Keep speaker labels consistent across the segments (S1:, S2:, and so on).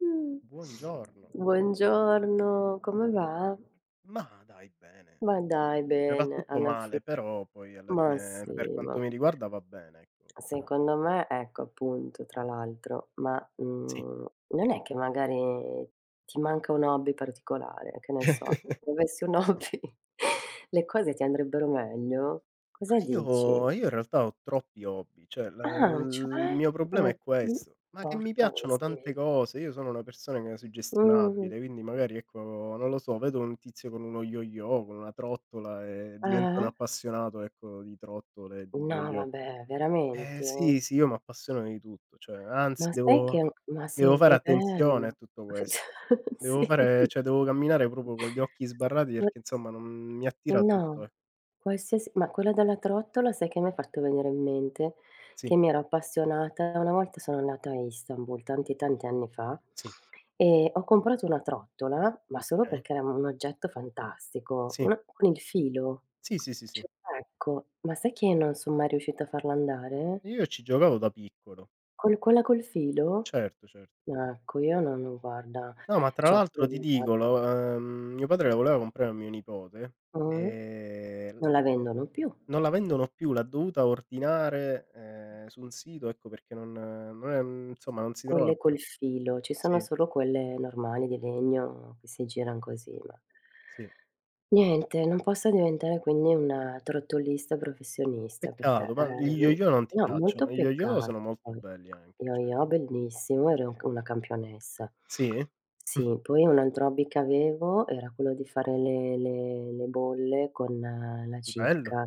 S1: Mh.
S2: Buongiorno.
S1: Buongiorno, come va?
S2: Ma dai bene.
S1: Ma dai,
S2: Va
S1: bene,
S2: tutto
S1: alla fi
S2: male, però poi alla
S1: ma
S2: fine
S1: sì,
S2: per
S1: ma
S2: quanto mi riguarda va bene, ecco.
S1: secondo me ecco, appunto, tra l'altro,
S2: Sì.
S1: non è che magari ti manca un hobby particolare, che ne so, se tu avessi un hobby le cose ti andrebbero meglio? Cosa
S2: Ma
S1: dici?
S2: io in realtà ho troppi hobby, cioè la
S1: Ah,
S2: il
S1: cioè?
S2: mio problema
S1: Ehm,
S2: è
S1: mh,
S2: questo, ma che mi
S1: Porca
S2: piacciono tante
S1: miseria.
S2: cose, io sono una persona che è
S1: Mh-mh.
S2: suggestionabile, quindi magari ecco, non lo so, vedo un tizio con uno yo-yo, con una trottola e divento un
S1: Eh?
S2: appassionato, ecco, di trottole e di
S1: No,
S2: yo-yo.
S1: vabbè,
S2: Eh
S1: veramente?
S2: sì, sì, io m'appassiono di tutto, cioè anzi
S1: Ma sai
S2: devo
S1: che ma
S2: devo
S1: se
S2: fare
S1: è
S2: attenzione
S1: bello.
S2: a tutto questo. Devo
S1: Sì.
S2: fare cioè devo camminare proprio con gli occhi sbarrati
S1: Qua
S2: perché insomma non mi attira
S1: no,
S2: tutto, eh.
S1: Qualsiasi, ma quella della trottola sai che mi ha fatto venire in mente?
S2: Sì,
S1: Che mi ero appassionata, una volta sono andata a Istanbul, tanti, tanti anni fa,
S2: sì,
S1: e ho comprato una trottola, ma solo
S2: okay.
S1: perché era un oggetto fantastico,
S2: Sì,
S1: una con il filo.
S2: sì, sì, sì, sì.
S1: Cioè ecco, ma sai che non son mai riuscita a farla andare?
S2: Io ci giocavo da piccolo,
S1: Col Quella col filo?
S2: certo, certo.
S1: No, ecco, io non guarda,
S2: No, ma tra
S1: c'ho
S2: l'altro ti dico
S1: provato,
S2: lo ehm, mio padre la voleva comprare a mio nipote,
S1: mh?
S2: ehm,
S1: Non la vendono più.
S2: non la vendono più, l'ha dovuta ordinare, su un sito, ecco perché non è insomma non si trova
S1: Quelle
S2: più.
S1: col filo, ci sono
S2: Sì,
S1: solo quelle normali di legno che si giran così, ma
S2: sì.
S1: niente, non posso diventare quindi una trottolista professionista perché,
S2: Peccato, ma gli yo-yo non ti
S1: no, molto
S2: piacciono? Gli yo-yo sono
S1: peccato
S2: molto
S1: poi.
S2: belli anche,
S1: Yo
S2: cioè
S1: yo bellissimo, ero
S2: sì.
S1: una campionessa.
S2: Sì?
S1: Sì, poi un altro hobby che avevo era quello di fare le bolle con la
S2: Bello,
S1: cicca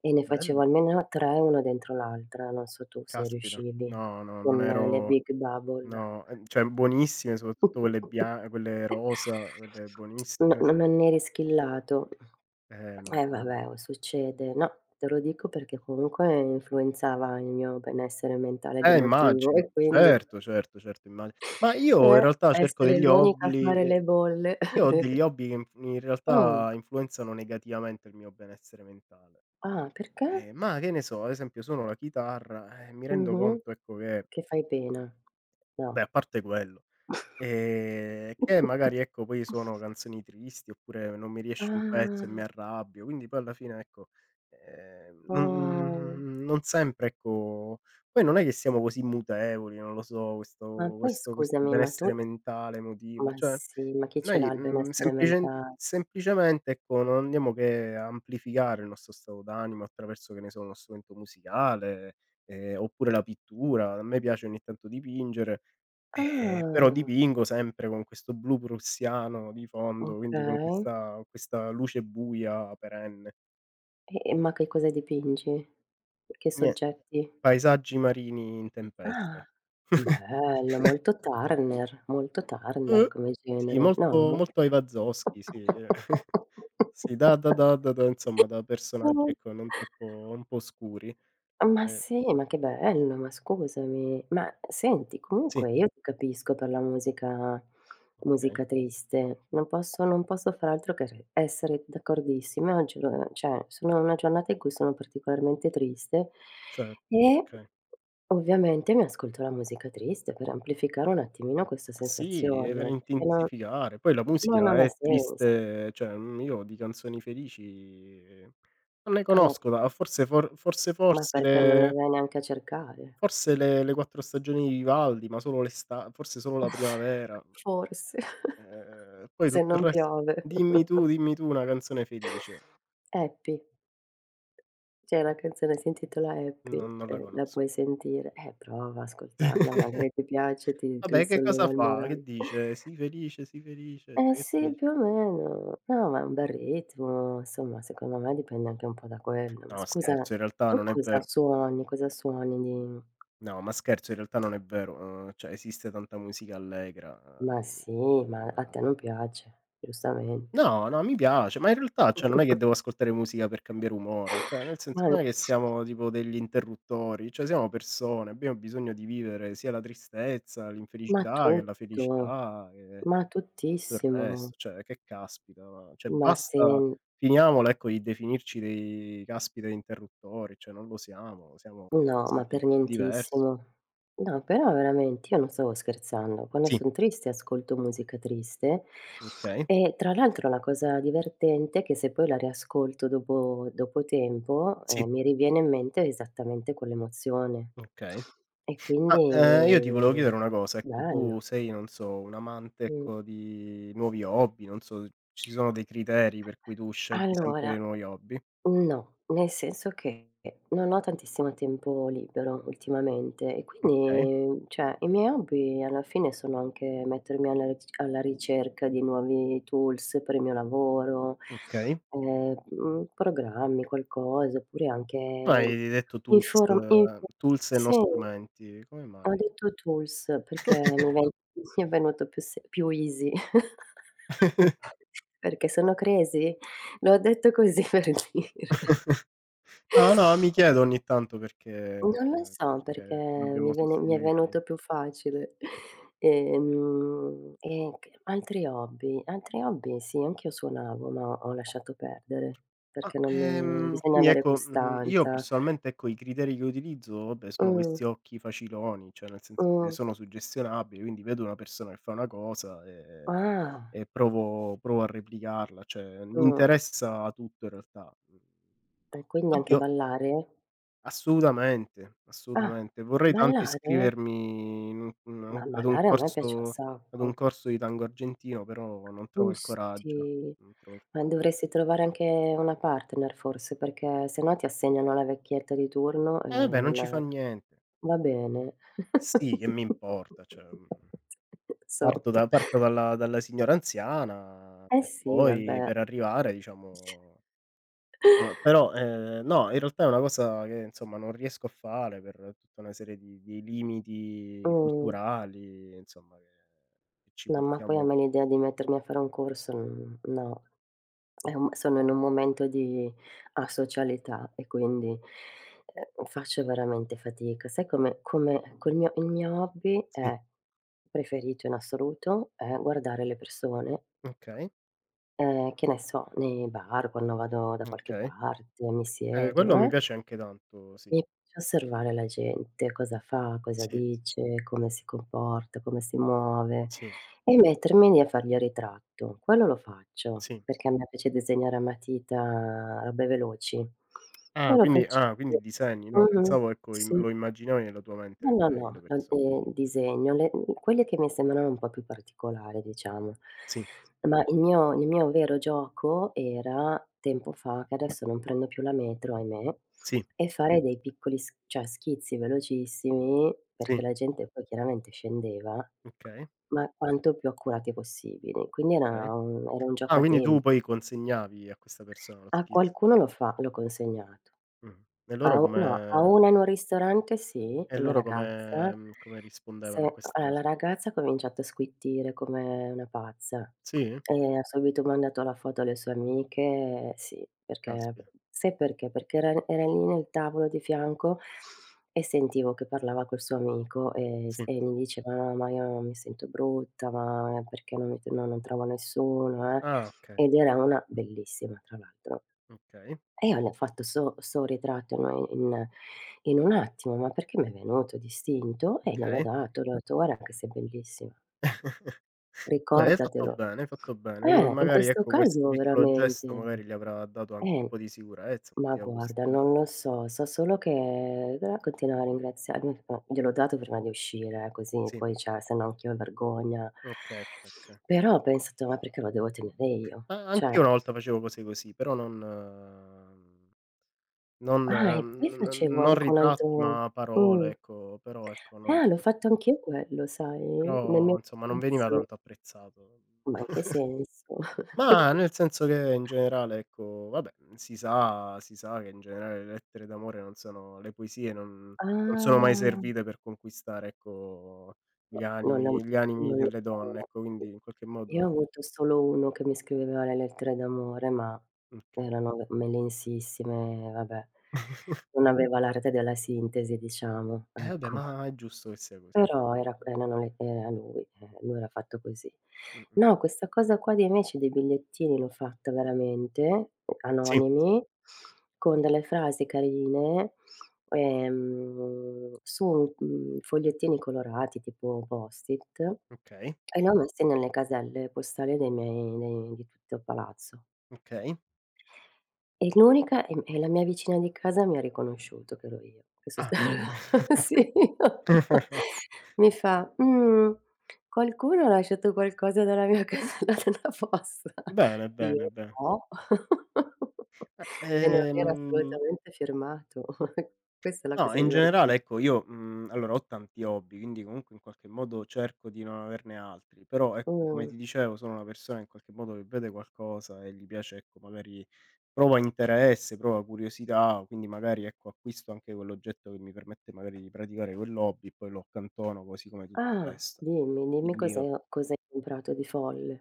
S1: e ne facevo
S2: bello.
S1: almeno 3 una dentro l'altra, non so tu se
S2: Caspita.
S1: riuscivi.
S2: No, no, non
S1: Con le
S2: ero
S1: Big Bubble.
S2: no, cioè buonissime, soprattutto quelle rosa, quelle
S1: No,
S2: buonissime.
S1: non me ne eri schillato.
S2: No,
S1: Eh
S2: no,
S1: vabbè,
S2: no.
S1: oh, succede. No, te lo dico perché comunque influenzava il mio benessere mentale ed emotivo
S2: Immagino.
S1: e quindi,
S2: Certo, certo, certo, immagi ma io in realtà cerco
S1: essere
S2: degli
S1: l'unica a
S2: hobby
S1: fare le bolle.
S2: io ho degli hobby che inf in
S1: Mh.
S2: realtà influenzano negativamente il mio benessere mentale.
S1: Ah, perché?
S2: Ma che ne so, ad esempio suono la chitarra e mi rendo
S1: Mh-mh.
S2: conto ecco che
S1: Che fai pena.
S2: beh,
S1: No.
S2: a parte quello, che magari ecco poi sono canzoni tristi, oppure non mi riesce un pezzo e
S1: Ah,
S2: mi arrabbio, quindi poi alla fine ecco, ehm,
S1: oh.
S2: non non sempre ecco poi non è che siamo così mutevoli, non lo so,
S1: Ma
S2: questo
S1: poi
S2: questo
S1: scusami, ma tu
S2: benessere mentale, emotivo,
S1: ma
S2: cioè
S1: sì, ma chi ce l'ha
S2: noi,
S1: il benessere mentale?
S2: semplicemente ecco non andiamo che a amplificare il nostro stato d'animo attraverso, che ne so, uno strumento musicale, oppure la pittura. A me piace ogni tanto dipingere. Però
S1: Ah,
S2: dipingo sempre con questo blu prussiano di fondo, quindi
S1: okay.
S2: con questa luce buia perenne.
S1: Ma che cosa dipingi? Che
S2: Nie
S1: soggetti?
S2: Paesaggi marini in tempesta.
S1: Ah, bello, molto Turner
S2: Uh.
S1: come
S2: Sì,
S1: genere,
S2: molto
S1: no?
S2: molto Eva Zoschy, sì. Sì, da da da da da insomma, da personaggi, ecco, non troppo un po' oscuri.
S1: Ma
S2: Ehm
S1: sì, ma che bello, ma scusami. Ma senti,
S2: sì,
S1: comunque io ti capisco per la musica,
S2: okay,
S1: musica triste. Non posso far altro che re essere d'accordissima. Oggi lo cioè, sono una giornata in cui sono particolarmente triste
S2: cer
S1: e
S2: okay.
S1: ovviamente mi ascolto la musica triste per amplificare un attimino questa
S2: Sì, e per
S1: sensazione, perché no,
S2: intensificare. Poi la
S1: ma
S2: musica
S1: non ha
S2: è
S1: senso.
S2: triste, cioè, io di canzoni felici non ne
S1: Ah no,
S2: conosco da forse for forse
S1: ma perché non le vai neanche a cercare.
S2: forse le quattro stagioni di Vivaldi, ma solo l'esta forse solo la primavera.
S1: Forse.
S2: Poi
S1: Se
S2: tutto il
S1: non
S2: res
S1: piove.
S2: dimmi tu, dimmi tu una canzone felice.
S1: Happy. C'è una canzone, si intitola Happy,
S2: Non la
S1: la
S2: conosco.
S1: puoi sentire. Prova a ascoltarla, magari ti piace, ti
S2: Vabbè che cosa
S1: risolleva il
S2: fa? Che
S1: morale.
S2: dice: sii felice",
S1: Eh
S2: cioè che ti
S1: sì,
S2: dice?
S1: più o meno. No, ma è un bel ritmo, insomma, secondo me dipende anche un po' da quello. Ma
S2: No
S1: scusa,
S2: scherzo, in realtà
S1: tu
S2: non è
S1: cosa
S2: vero.
S1: suoni? Cosa suoni di
S2: No, ma scherzo, in realtà non è vero, cioè esiste tanta musica allegra,
S1: ma
S2: uhm,
S1: sì,
S2: cioè
S1: ma a
S2: non
S1: te non piace, giustamente.
S2: no, no, mi piace, ma in realtà, cioè, non è che devo ascoltare musica per cambiare umore, cioè nel
S1: Ma
S2: senso non è che siamo tipo degli interruttori, cioè siamo persone, abbiamo bisogno di vivere sia la tristezza,
S1: ma
S2: l'infelicità che la
S1: tutto,
S2: felicità, che
S1: ma
S2: tutto il
S1: tuttissimo.
S2: resto, cioè che caspita, ma cioè
S1: Ma
S2: basta
S1: sen
S2: finiamola, ecco, di definirci dei caspita interruttori, cioè non lo siamo, siamo
S1: no,
S2: qualcosa
S1: ma
S2: di
S1: per
S2: diverso.
S1: nientissimo. No, però veramente io non stavo scherzando. Quando
S2: Sì,
S1: son triste ascolto musica triste
S2: okay,
S1: e tra l'altro la cosa divertente è che se poi la riascolto dopo tempo,
S2: sì.
S1: mi riviene in mente esattamente quell'emozione.
S2: Okay.
S1: E
S2: Ma, io ti
S1: quindi
S2: volevo chiedere una cosa, ecco, tu
S1: bello.
S2: sei, non so, un amante,
S1: Mh.
S2: ecco, di nuovi hobby, non so, ci sono dei criteri per cui tu scegli sempre
S1: Allora
S2: dei nuovi hobby?
S1: no, nel senso che non ho tantissimo tempo libero ultimamente e
S2: Okay,
S1: quindi, cioè, i miei hobby alla fine sono anche mettermi alla ricerca di nuovi tools per il mio lavoro,
S2: okay.
S1: programmi, qualcosa, oppure
S2: Ma
S1: anche
S2: hai detto tools,
S1: inform info
S2: tools e non
S1: sì,
S2: strumenti, come mai?
S1: ho detto tools perché mi ven mi è venuto più se più easy. Perché sono crazy? L'ho detto così per dire.
S2: No, no, mi chiedo ogni tanto perché
S1: Non lo so perché
S2: perché dobbiamo
S1: mi è venuto
S2: sostituirli.
S1: più facile. E c altri hobby, altri hobby sì, anch'io suonavo, ma ho lasciato perdere,
S2: Ma,
S1: perché non mi, bisogna
S2: quindi
S1: avere
S2: ecco, io
S1: costanza.
S2: personalmente ecco i criteri che utilizzo, vabbè, sono
S1: Mh,
S2: questi occhi faciloni, cioè nel senso che
S1: mh.
S2: sono suggestionabili, quindi vedo una persona che fa una cosa
S1: Ah,
S2: e provo a replicarla, cioè mi
S1: mh.
S2: interessa tutto in realtà. Mhmm,
S1: E quindi anche
S2: Oddio
S1: ballare?
S2: assolutamente,
S1: Ah,
S2: assolutamente. Vorrei tanto
S1: ballare?
S2: iscrivermi in
S1: Ma
S2: un
S1: ballare a me piace un
S2: ad
S1: sacco.
S2: un corso di tango argentino, però non trovo il coraggio,
S1: Gusti.
S2: non trovo il
S1: Ma
S2: coraggio.
S1: dovresti trovare anche una partner forse, perché se no ti assegnano la vecchietta di turno e
S2: Vabbè, non
S1: non
S2: ci fa
S1: è
S2: niente.
S1: va bene.
S2: Sì, che mi importa, cioè, parto
S1: Insomma.
S2: da parto dalla dalla signora anziana
S1: Eh
S2: e
S1: sì,
S2: poi
S1: vabbè.
S2: per arrivare diciamo insomma però, no, in realtà è una cosa che insomma non riesco a fare per tutta una serie di limiti
S1: Mh,
S2: culturali, insomma che ci
S1: no, ma poi a
S2: portiamo
S1: me l'idea di mettermi a fare un corso, no. È un Sono in un momento di asocialità e quindi, faccio veramente fatica. Sai, come col mio il mio hobby
S2: sì,
S1: è preferito in assoluto è guardare le persone,
S2: okay,
S1: che ne so, nei bar, quando vado da qualche
S2: okay.
S1: parte, mi siedo,
S2: Quello mi piace anche tanto, sì,
S1: mi piace osservare la gente, cosa fa, cosa
S2: sì,
S1: dice, come si comporta, come si muove,
S2: sì,
S1: e mettermi lì a fargli il ritratto. Quello lo faccio
S2: sì.
S1: perché a me piace disegnare a matita robe veloci. E
S2: Ah,
S1: lo
S2: quindi
S1: faccio
S2: ah, quindi disegni, no,
S1: mh-mh,
S2: pensavo ecco im
S1: sì.
S2: lo immaginavi nella tua mente
S1: No,
S2: la
S1: no,
S2: vita di
S1: no,
S2: quelle perso
S1: disegno. Le quelle che mi sembravano un po' più particolari, diciamo.
S2: sì,
S1: Ma il mio vero gioco era, tempo fa, che adesso non prendo più la metro, ahimè,
S2: sì.
S1: e fare dei piccoli s cioè schizzi velocissimi,
S2: Sì,
S1: perché la gente poi chiaramente scendeva,
S2: okay,
S1: ma quanto più accurati possibili. Quindi
S2: okay.
S1: era un
S2: Ah,
S1: gioco a
S2: quindi tu
S1: tempi.
S2: poi consegnavi a questa persona lo
S1: A
S2: schizzo.
S1: qualcuno lo fa l'ho consegnato.
S2: Mh-mh. E
S1: A
S2: loro
S1: u No, a
S2: come
S1: una in un ristorante sì,
S2: e
S1: una
S2: loro come
S1: ragazza,
S2: mhmm, come rispondevano a
S1: se
S2: questa
S1: allora la
S2: cosa?
S1: ragazza ha cominciato a squittire come una pazza
S2: Sì?
S1: e ha subito mandato la foto alle sue amiche, sì, perché
S2: Caspita,
S1: sai perché? Perché era lì nel tavolo di fianco e sentivo che parlava col suo amico e s
S2: sì.
S1: e mi diceva: "No, ma io mi sento brutta, ma perché non mi no non trovo nessuno, eh."
S2: Ah, okay,
S1: Ed era una bellissima tra l'altro.
S2: okay,
S1: E io ne ho fatto ritratto no, in un attimo, ma perché mi è venuto d'istinto e gliel'ho
S2: okay.
S1: dato, gli ho detto: "Guarda che sei bellissima,
S2: Vabbè, hai fatto
S1: ricordatelo".
S2: bene, hai fatto bene. Vuoi
S1: In
S2: magari
S1: questo
S2: ecco, questo
S1: caso
S2: piccolo gesto
S1: veramente.
S2: magari gli avrà dato anche un
S1: Eh,
S2: po' di sicurezza, un po'
S1: ma
S2: di
S1: guarda,
S2: autostima.
S1: non lo so, so solo che dovrà continuare a ringraziarmi, po gliel'ho dato prima di uscire, così
S2: Sì,
S1: poi cioè se no anch'io vergogna.
S2: okay, okay, okay.
S1: Però ho pensato: "Ma perché lo devo tenere io?"
S2: A anch'io
S1: Cioè
S2: una volta facevo cose così, però non Non
S1: ah, e poi
S2: n n
S1: facevo
S2: non
S1: anche un
S2: ritratti,
S1: altro
S2: ma parole,
S1: mh.
S2: ecco, però ecco, non
S1: L'ho fatto anch'io quello, sai, nel mio
S2: però insomma non veniva
S1: palazzo.
S2: tanto apprezzato.
S1: Ma in che senso?
S2: Ma nel senso che in generale, ecco, vabbè, si sa che in generale le lettere d'amore non sono le poesie non
S1: Ah,
S2: non sono mai
S1: no,
S2: servite per conquistare, ecco,
S1: non l'ho
S2: gli animi
S1: non
S2: delle donne,
S1: l'ho
S2: ecco, quindi in qualche modo
S1: io ho avuto solo uno che mi scriveva le lettere d'amore, ma
S2: okay.
S1: erano v melsissime, vabbè. Non aveva l'arte della sintesi, diciamo,
S2: Eh vabbè,
S1: ecco.
S2: ma è giusto che sia così.
S1: Però era lui, lui era fatto così.
S2: Mh-mh.
S1: No, questa cosa qua di invece dei bigliettini l'ho fatta veramente,
S2: Sì,
S1: anonimi, con delle frasi carine, su, fogliettini colorati tipo post-it, e
S2: okay,
S1: li ho messi nelle caselle postali dei miei dei di tutto il palazzo.
S2: okay.
S1: E l'unica e m E la mia vicina di casa mi ha riconosciuto che ero io. Questo
S2: Ah.
S1: sta mh. Sì. Mi fa: "Mhmm, qualcuno ha lasciato qualcosa dalla mia casella della posta?"
S2: Bene, bene,
S1: Io:
S2: bene.
S1: "No." E non
S2: Eh,
S1: era
S2: ehm,
S1: assolutamente firmato. Questa è la
S2: no,
S1: cosa
S2: in
S1: diverten
S2: generale ecco io, allora ho tanti hobby, quindi comunque in qualche modo cerco di non averne altri, però ecco come
S1: mh.
S2: ti dicevo sono una persona in qualche modo che vede qualcosa e gli piace ecco magari prova interesse, prova curiosità, quindi magari ecco acquisto anche quell'oggetto che mi permette magari di praticare quell'hobby, poi lo accantono così come tutto il
S1: Ah,
S2: resto.
S1: dimmi, dimmi
S2: Quindi
S1: cos'hai
S2: io
S1: o cos'hai comprato di folle.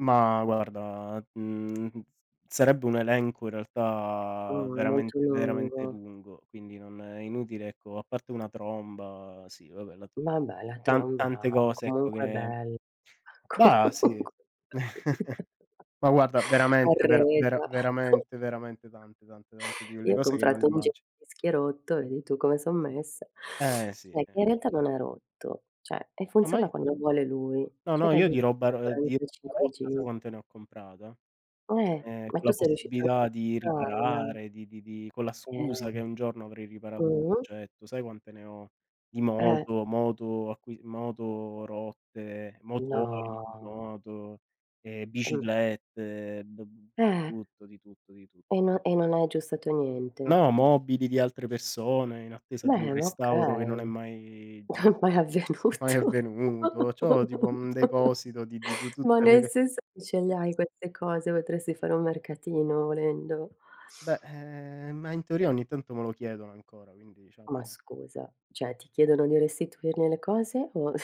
S2: ma guarda, sarebbe un elenco in
S1: Ah,
S2: realtà
S1: è molto
S2: veramente, veramente
S1: lungo.
S2: lungo, quindi non è inutile ecco, a parte una tromba, sì vabbè la
S1: Vabbè, la tromba
S2: tante cose ecco
S1: comunque è
S2: che
S1: bella.
S2: bah,
S1: Comunque
S2: sì. Ma guarda veramente, vera vera
S1: arredo.
S2: veramente, veramente tante, tante, tante di quelle
S1: Io ho
S2: cose che non
S1: comprato un jeans
S2: immagini.
S1: rotto, vedi tu come son messa.
S2: Eh sì,
S1: Cioè, che
S2: eh.
S1: in realtà non è rotto, cioè e
S2: No ma
S1: funziona
S2: i
S1: quando vuole lui.
S2: No, no,
S1: C'era
S2: io
S1: di
S2: di roba
S1: 45
S2: rotta sai
S1: giri.
S2: quante ne ho comprata?
S1: Eh, ma
S2: Con
S1: tu
S2: la
S1: sei riuscita anche a
S2: possibilità di
S1: buttarla.
S2: riparare, di con la scusa che
S1: Eh.
S2: un giorno avrei riparato
S1: Mh-mh.
S2: quell'oggetto. Sai quante ne ho di
S1: Eh.
S2: moto, moto acqui moto rotte, motori
S1: No.
S2: di moto,
S1: Ma
S2: biciclette, b b
S1: eh,
S2: tutto, di tutto, di tutto.
S1: no e non hai aggiustato niente.
S2: No, mobili di altre persone in attesa di un
S1: Beh, ma
S2: restauro che non è
S1: okay.
S2: mai
S1: Ma è
S2: mai
S1: avvenuto.
S2: avvenuto. C'ho tipo un deposito di
S1: Ma
S2: tutte
S1: nel
S2: le
S1: senso, scegliai queste cose, potresti fare un mercatino volendo.
S2: beh, ma in teoria ogni tanto me lo chiedono ancora, quindi diciamo
S1: Ma scusa, cioè ti chiedono di restituirne le cose o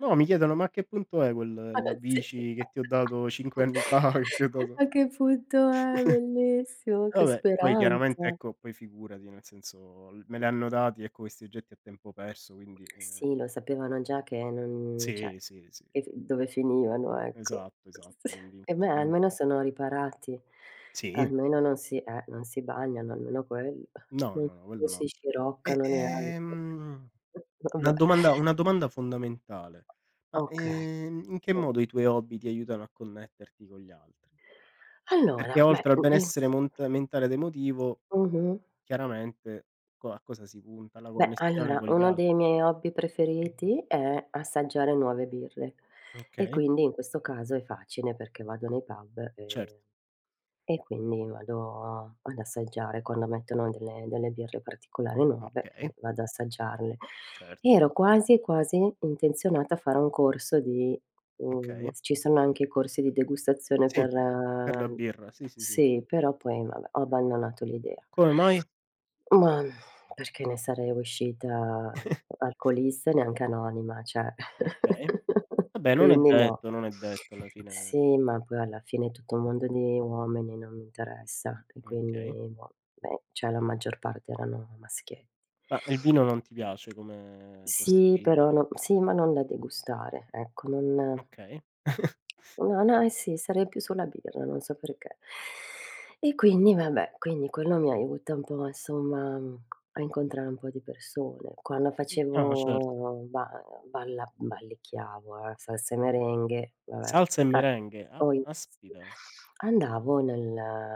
S2: no, mi chiedono: "Ma a che punto è quel la
S1: alla seria?
S2: bici che ti ho dato 5 anni fa,
S1: A
S2: che ti ho dato"
S1: che punto è? Bellissimo,
S2: e
S1: che
S2: vabbè, poi chiaramente
S1: speranza.
S2: ecco, poi figurati, nel senso, l me le hanno dati ecco questi oggetti a tempo perso, quindi
S1: Sì, lo sapevano già che non cioè,
S2: sì, sì, sì,
S1: che f dove finivano, ecco.
S2: esatto, esatto, quindi in
S1: E beh,
S2: qualche modo
S1: almeno sono riparati.
S2: sì,
S1: Almeno non si non si bagnano, almeno quello.
S2: no,
S1: Non
S2: no, no,
S1: Non
S2: quello
S1: si
S2: no. E,
S1: sciroccano neanche. Vabbè,
S2: una domanda fondamentale: ma,
S1: okay.
S2: in che modo i tuoi hobby ti aiutano a connetterti con gli altri? Perché
S1: Allora, beh,
S2: oltre al benessere mont mentale ed emotivo
S1: mh-mh.
S2: chiaramente co a cosa si punta? Alla
S1: Beh,
S2: connessione
S1: allora,
S2: con gli
S1: uno
S2: altri.
S1: dei miei hobby preferiti è assaggiare nuove birre. E
S2: Okay,
S1: quindi in questo caso è facile perché vado nei pub
S2: certo,
S1: e quindi vado ad assaggiare quando mettono delle birre particolari nuove,
S2: okay,
S1: vado ad assaggiarle.
S2: certo,
S1: Ero quasi, quasi intenzionata a fare un corso di
S2: okay.
S1: ci sono anche i corsi di degustazione
S2: Sì,
S1: per
S2: per la birra, sì, sì, sì.
S1: sì, però poi vabbè, ho abbandonato l'idea.
S2: Come mai?
S1: Ma perché ne sarei uscita alcolista e neanche anonima, cioè
S2: Okay. Vabbè non è
S1: quindi no.
S2: detto, non è detto alla fine
S1: Sì, ma poi alla fine è tutto un mondo di uomini, non mi interessa e
S2: okay.
S1: quindi boh, beh, cioè la maggior parte erano maschietti.
S2: Ma il vino non ti piace come
S1: Sì,
S2: possibili
S1: però no sì, ma non da degustare, ecco, non
S2: okay.
S1: no, no, eh sì, sarei più sulla birra, non so perché. E quindi vabbè, quindi quello mi aiuta un po' insomma, a incontrare un po' di persone. Quando
S2: No, certo.
S1: facevo ba balla ballicchiavo, salse e merengue, vabbè,
S2: Salsa e merengue, ah,
S1: poi
S2: caspita,
S1: andavo nel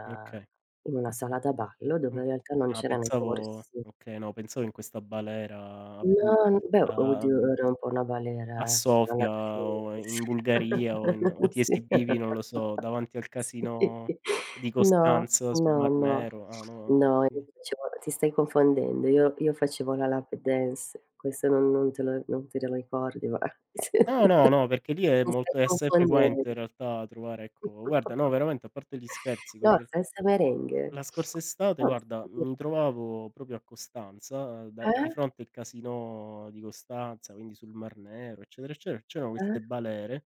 S2: okay.
S1: in una sala da ballo dove
S2: Mh.
S1: in realtà non
S2: Ah,
S1: c'erano i
S2: pensavo
S1: corsi.
S2: okay, no, pensavo in questa balera a
S1: No,
S2: bu
S1: n beh,
S2: a
S1: oddio era un po' una
S2: A
S1: galera alla
S2: Sofia o
S1: fine.
S2: in Bulgaria o in o ti
S1: Sì.
S2: esibivi, non lo so, davanti al
S1: Sì.
S2: casino di
S1: No,
S2: Costanza sul
S1: no,
S2: Mar
S1: no.
S2: Nero. Ah, no.
S1: No, io facevo ti stai confondendo, io facevo la lap dance, questo non non te lo non te lo ricordi ma sì.
S2: No, no, no, perché lì è
S1: Mi stai
S2: molto è assai
S1: confondendo.
S2: frequente in realtà trovare ecco guarda no, veramente a parte gli scherzi, que
S1: No, salsa merengue.
S2: la scorsa estate
S1: Oh,
S2: guarda,
S1: sì.
S2: mi trovavo proprio a Costanza, da di
S1: Eh,
S2: fronte il casino di Costanza, quindi sul Mar Nero, eccetera, eccetera, c'erano
S1: eh,
S2: queste balere,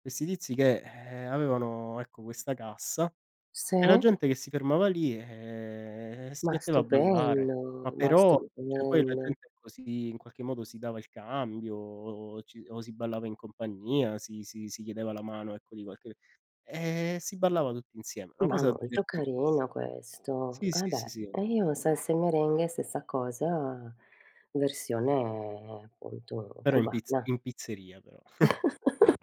S2: questi tizi che, avevano ecco questa cassa
S1: sì,
S2: e la gente che si fermava lì, e si
S1: ma
S2: metteva a ballare.
S1: stupendo,
S2: Ma
S1: ma
S2: però cioè poi la
S1: stupendo.
S2: gente così in qualche modo si dava il cambio o ci o si ballava in compagnia, si si si chiedeva la mano, ecco, di qualche si ballava tutti insieme, una
S1: Ma
S2: cosa
S1: molto
S2: divertentissi
S1: carino questo.
S2: sì,
S1: Eh
S2: sì, sì,
S1: beh,
S2: sì,
S1: e io salsa e merengue stessa cosa, versione appunto
S2: però in piz
S1: cubana.
S2: in pizzeria però.